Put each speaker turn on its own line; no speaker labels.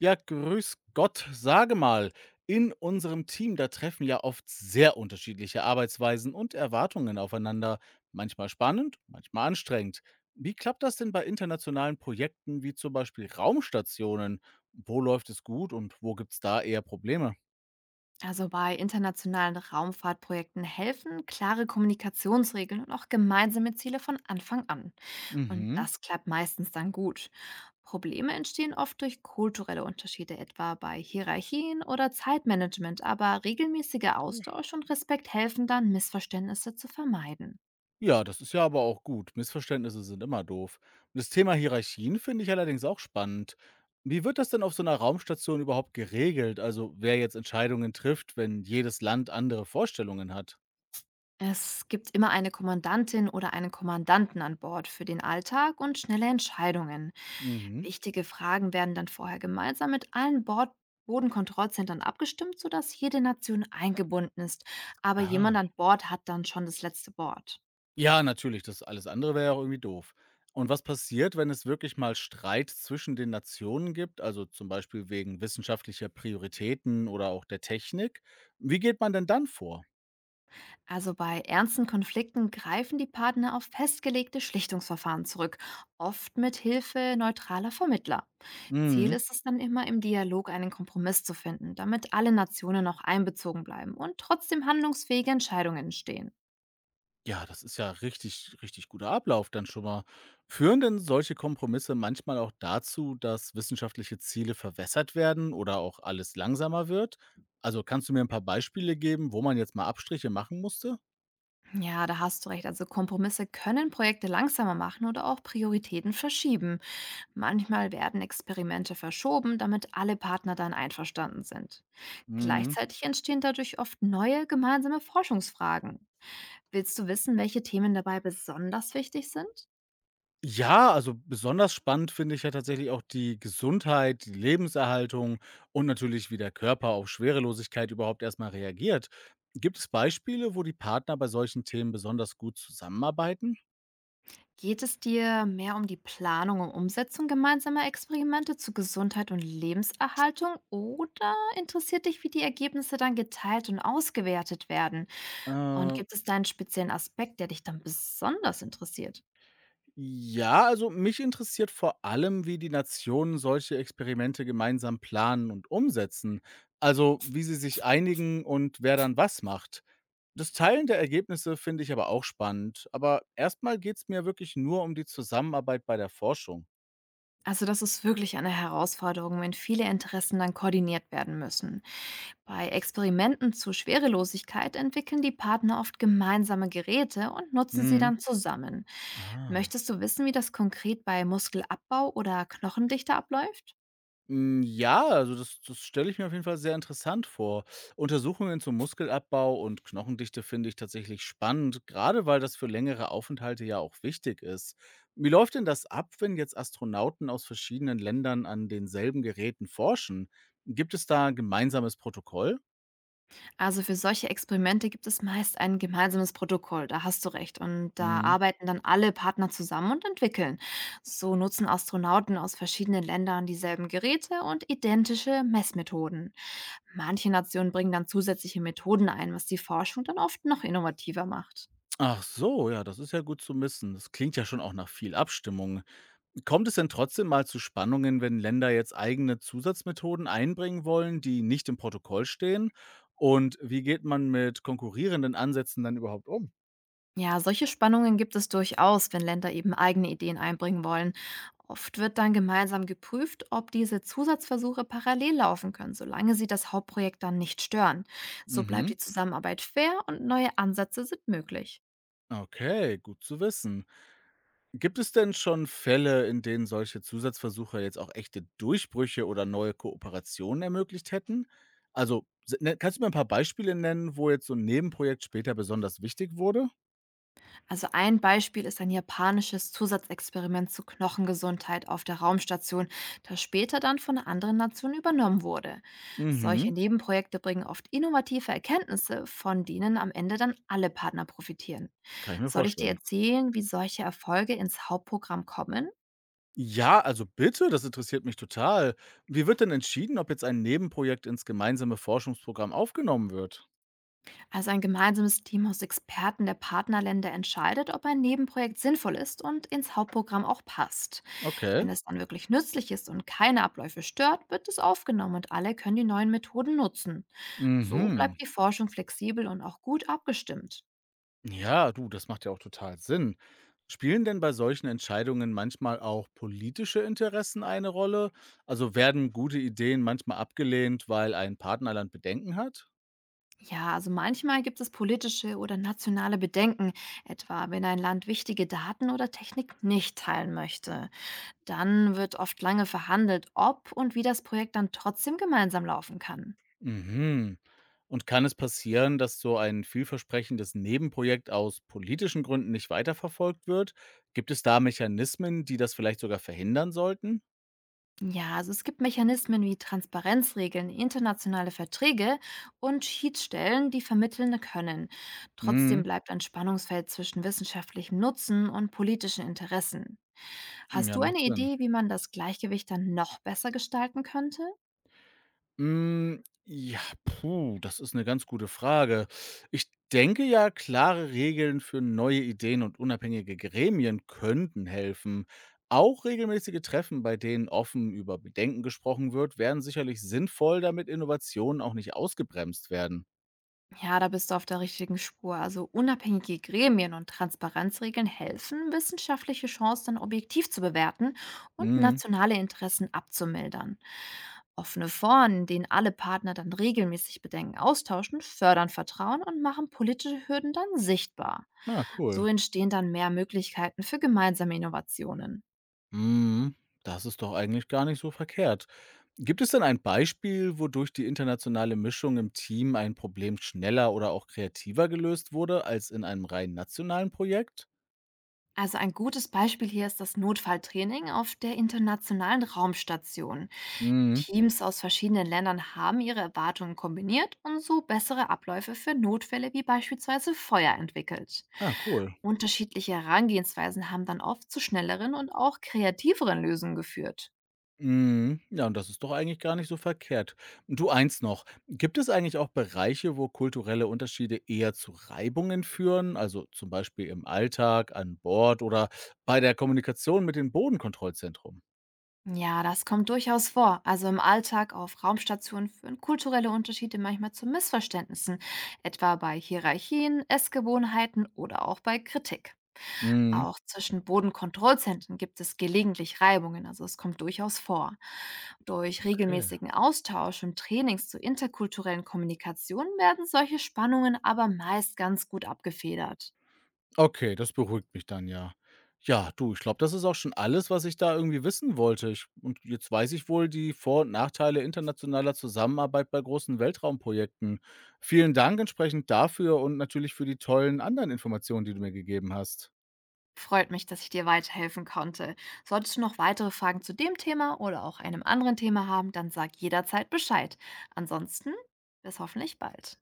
Ja, grüß Gott, sage mal, in unserem Team, da treffen ja oft sehr unterschiedliche Arbeitsweisen und Erwartungen aufeinander, manchmal spannend, manchmal anstrengend. Wie klappt das denn bei internationalen Projekten wie zum Beispiel Raumstationen? Wo läuft es gut und wo gibt es da eher Probleme?
Also bei internationalen Raumfahrtprojekten helfen klare Kommunikationsregeln und auch gemeinsame Ziele von Anfang an. Und
Mhm.
das klappt meistens dann gut. Probleme entstehen oft durch kulturelle Unterschiede, etwa bei Hierarchien oder Zeitmanagement, aber regelmäßiger Austausch und Respekt helfen dann, Missverständnisse zu vermeiden.
Ja, das ist ja aber auch gut. Missverständnisse sind immer doof. Das Thema Hierarchien finde ich allerdings auch spannend. Wie wird das denn auf so einer Raumstation überhaupt geregelt? Also, wer jetzt Entscheidungen trifft, wenn jedes Land andere Vorstellungen hat?
Es gibt immer eine Kommandantin oder einen Kommandanten an Bord für den Alltag und schnelle Entscheidungen.
Mhm.
Wichtige Fragen werden dann vorher gemeinsam mit allen Bord Bodenkontrollzentren abgestimmt, sodass jede Nation eingebunden ist. Aber jemand
Ah.
an Bord hat dann schon das letzte Wort.
Ja, natürlich, das alles andere wäre ja auch irgendwie doof. Und was passiert, wenn es wirklich mal Streit zwischen den Nationen gibt, also zum Beispiel wegen wissenschaftlicher Prioritäten oder auch der Technik? Wie geht man denn dann vor?
Also bei ernsten Konflikten greifen die Partner auf festgelegte Schlichtungsverfahren zurück, oft mit Hilfe neutraler Vermittler. Ziel
Mhm.
ist es dann immer, im Dialog einen Kompromiss zu finden, damit alle Nationen noch einbezogen bleiben und trotzdem handlungsfähige Entscheidungen entstehen.
Ja, das ist ja richtig richtig guter Ablauf dann schon mal. Führen denn solche Kompromisse manchmal auch dazu, dass wissenschaftliche Ziele verwässert werden oder auch alles langsamer wird? Also, kannst du mir ein paar Beispiele geben, wo man jetzt mal Abstriche machen musste?
Ja, da hast du recht. Also Kompromisse können Projekte langsamer machen oder auch Prioritäten verschieben. Manchmal werden Experimente verschoben, damit alle Partner dann einverstanden sind.
Mhm.
Gleichzeitig entstehen dadurch oft neue gemeinsame Forschungsfragen. Willst du wissen, welche Themen dabei besonders wichtig sind?
Ja, also, besonders spannend finde ich ja tatsächlich auch die Gesundheit, die Lebenserhaltung und natürlich, wie der Körper auf Schwerelosigkeit überhaupt erstmal reagiert. Gibt es Beispiele, wo die Partner bei solchen Themen besonders gut zusammenarbeiten?
Geht es dir mehr um die Planung und Umsetzung gemeinsamer Experimente zu Gesundheit und Lebenserhaltung oder interessiert dich, wie die Ergebnisse dann geteilt und ausgewertet werden? Und
Äh.
gibt es da 'nen speziellen Aspekt, der dich dann besonders interessiert?
Ja, also mich interessiert vor allem, wie die Nationen solche Experimente gemeinsam planen und umsetzen. Also wie sie sich einigen und wer dann was macht. Das Teilen der Ergebnisse finde ich aber auch spannend. Aber erstmal geht es mir wirklich nur um die Zusammenarbeit bei der Forschung.
Also, das ist wirklich eine Herausforderung, wenn viele Interessen dann koordiniert werden müssen. Bei Experimenten zur Schwerelosigkeit entwickeln die Partner oft gemeinsame Geräte und nutzen sie
Mhm.
dann zusammen.
Ah.
Möchtest du wissen, wie das konkret bei Muskelabbau oder Knochendichte abläuft?
Hm, ja, also das stelle ich mir auf jeden Fall sehr interessant vor. Untersuchungen zum Muskelabbau und Knochendichte finde ich tatsächlich spannend, gerade weil das für längere Aufenthalte ja auch wichtig ist. Wie läuft denn das ab, wenn jetzt Astronauten aus verschiedenen Ländern an denselben Geräten forschen? Gibt es da ein gemeinsames Protokoll?
Also für solche Experimente gibt es meist ein gemeinsames Protokoll, da hast du recht. Und da
Mhm.
arbeiten dann alle Partner zusammen und entwickeln. So nutzen Astronauten aus verschiedenen Ländern dieselben Geräte und identische Messmethoden. Manche Nationen bringen dann zusätzliche Methoden ein, was die Forschung dann oft noch innovativer macht.
Ach so, ja, das ist ja gut zu wissen. Das klingt ja schon auch nach viel Abstimmung. Kommt es denn trotzdem mal zu Spannungen, wenn Länder jetzt eigene Zusatzmethoden einbringen wollen, die nicht im Protokoll stehen? Und wie geht man mit konkurrierenden Ansätzen dann überhaupt um?
Ja, solche Spannungen gibt es durchaus, wenn Länder eben eigene Ideen einbringen wollen. Oft wird dann gemeinsam geprüft, ob diese Zusatzversuche parallel laufen können, solange sie das Hauptprojekt dann nicht stören. So bleibt
Mhm.
die Zusammenarbeit fair und neue Ansätze sind möglich.
Okay, gut zu wissen. Gibt es denn schon Fälle, in denen solche Zusatzversuche jetzt auch echte Durchbrüche oder neue Kooperationen ermöglicht hätten? Also, kannst du mir ein paar Beispiele nennen, wo jetzt so ein Nebenprojekt später besonders wichtig wurde?
Also ein Beispiel ist ein japanisches Zusatzexperiment zur Knochengesundheit auf der Raumstation, das später dann von einer anderen Nation übernommen wurde. Solche
Mhm.
Nebenprojekte bringen oft innovative Erkenntnisse, von denen am Ende dann alle Partner profitieren.
Kann ich mir
Soll ich dir
vorstellen.
erzählen, wie solche Erfolge ins Hauptprogramm kommen?
Ja, also bitte, das interessiert mich total. Wie wird denn entschieden, ob jetzt ein Nebenprojekt ins gemeinsame Forschungsprogramm aufgenommen wird?
Also ein gemeinsames Team aus Experten der Partnerländer entscheidet, ob ein Nebenprojekt sinnvoll ist und ins Hauptprogramm auch passt.
Okay.
Wenn es dann wirklich nützlich ist und keine Abläufe stört, wird es aufgenommen und alle können die neuen Methoden nutzen. So
Mhm.
bleibt die Forschung flexibel und auch gut abgestimmt.
Ja, du, das macht ja auch total Sinn. Spielen denn bei solchen Entscheidungen manchmal auch politische Interessen eine Rolle? Also werden gute Ideen manchmal abgelehnt, weil ein Partnerland Bedenken hat?
Ja, also manchmal gibt es politische oder nationale Bedenken, etwa wenn ein Land wichtige Daten oder Technik nicht teilen möchte. Dann wird oft lange verhandelt, ob und wie das Projekt dann trotzdem gemeinsam laufen kann.
Mhm. Und kann es passieren, dass so ein vielversprechendes Nebenprojekt aus politischen Gründen nicht weiterverfolgt wird? Gibt es da Mechanismen, die das vielleicht sogar verhindern sollten?
Ja, also es gibt Mechanismen wie Transparenzregeln, internationale Verträge und Schiedsstellen, die vermitteln können. Trotzdem
Mhm.
bleibt ein Spannungsfeld zwischen wissenschaftlichem Nutzen und politischen Interessen. Hast
Ja,
du
macht
eine
Sinn.
Idee, wie man das Gleichgewicht dann noch besser gestalten könnte?
Hm, ja, puh, das ist eine ganz gute Frage. Ich denke ja, klare Regeln für neue Ideen und unabhängige Gremien könnten helfen. Auch regelmäßige Treffen, bei denen offen über Bedenken gesprochen wird, wären sicherlich sinnvoll, damit Innovationen auch nicht ausgebremst werden.
Ja, da bist du auf der richtigen Spur. Also unabhängige Gremien und Transparenzregeln helfen, wissenschaftliche Chancen objektiv zu bewerten und
Mhm.
nationale Interessen abzumildern. Offene Foren, in denen alle Partner dann regelmäßig Bedenken austauschen, fördern Vertrauen und machen politische Hürden dann sichtbar.
Na,
So
cool.
entstehen dann mehr Möglichkeiten für gemeinsame Innovationen.
Mhm. Das ist doch eigentlich gar nicht so verkehrt. Gibt es denn ein Beispiel, wodurch die internationale Mischung im Team ein Problem schneller oder auch kreativer gelöst wurde als in einem rein nationalen Projekt?
Also ein gutes Beispiel hier ist das Notfalltraining auf der Internationalen Raumstation.
Mhm.
Teams aus verschiedenen Ländern haben ihre Erwartungen kombiniert und so bessere Abläufe für Notfälle wie beispielsweise Feuer entwickelt.
Ah, cool.
Unterschiedliche Herangehensweisen haben dann oft zu schnelleren und auch kreativeren Lösungen geführt.
Mhm. Ja, und das ist doch eigentlich gar nicht so verkehrt. Du, eins noch. Gibt es eigentlich auch Bereiche, wo kulturelle Unterschiede eher zu Reibungen führen? Also zum Beispiel im Alltag, an Bord oder bei der Kommunikation mit dem Bodenkontrollzentrum?
Ja, das kommt durchaus vor. Also im Alltag auf Raumstationen führen kulturelle Unterschiede manchmal zu Missverständnissen, etwa bei Hierarchien, Essgewohnheiten oder auch bei Kritik.
Mhm.
Auch zwischen Bodenkontrollzentren gibt es gelegentlich Reibungen, also es kommt durchaus vor. Durch
Okay.
regelmäßigen Austausch und Trainings zur interkulturellen Kommunikation werden solche Spannungen aber meist ganz gut abgefedert.
Okay, das beruhigt mich dann ja. Ja, du, ich glaube, das ist auch schon alles, was ich da irgendwie wissen wollte. Ich und jetzt weiß ich wohl die Vor und Nachteile internationaler Zusammenarbeit bei großen Weltraumprojekten. Vielen Dank entsprechend dafür und natürlich für die tollen anderen Informationen, die du mir gegeben hast.
Freut mich, dass ich dir weiterhelfen konnte. Solltest du noch weitere Fragen zu dem Thema oder auch einem anderen Thema haben, dann sag jederzeit Bescheid. Ansonsten bis hoffentlich bald.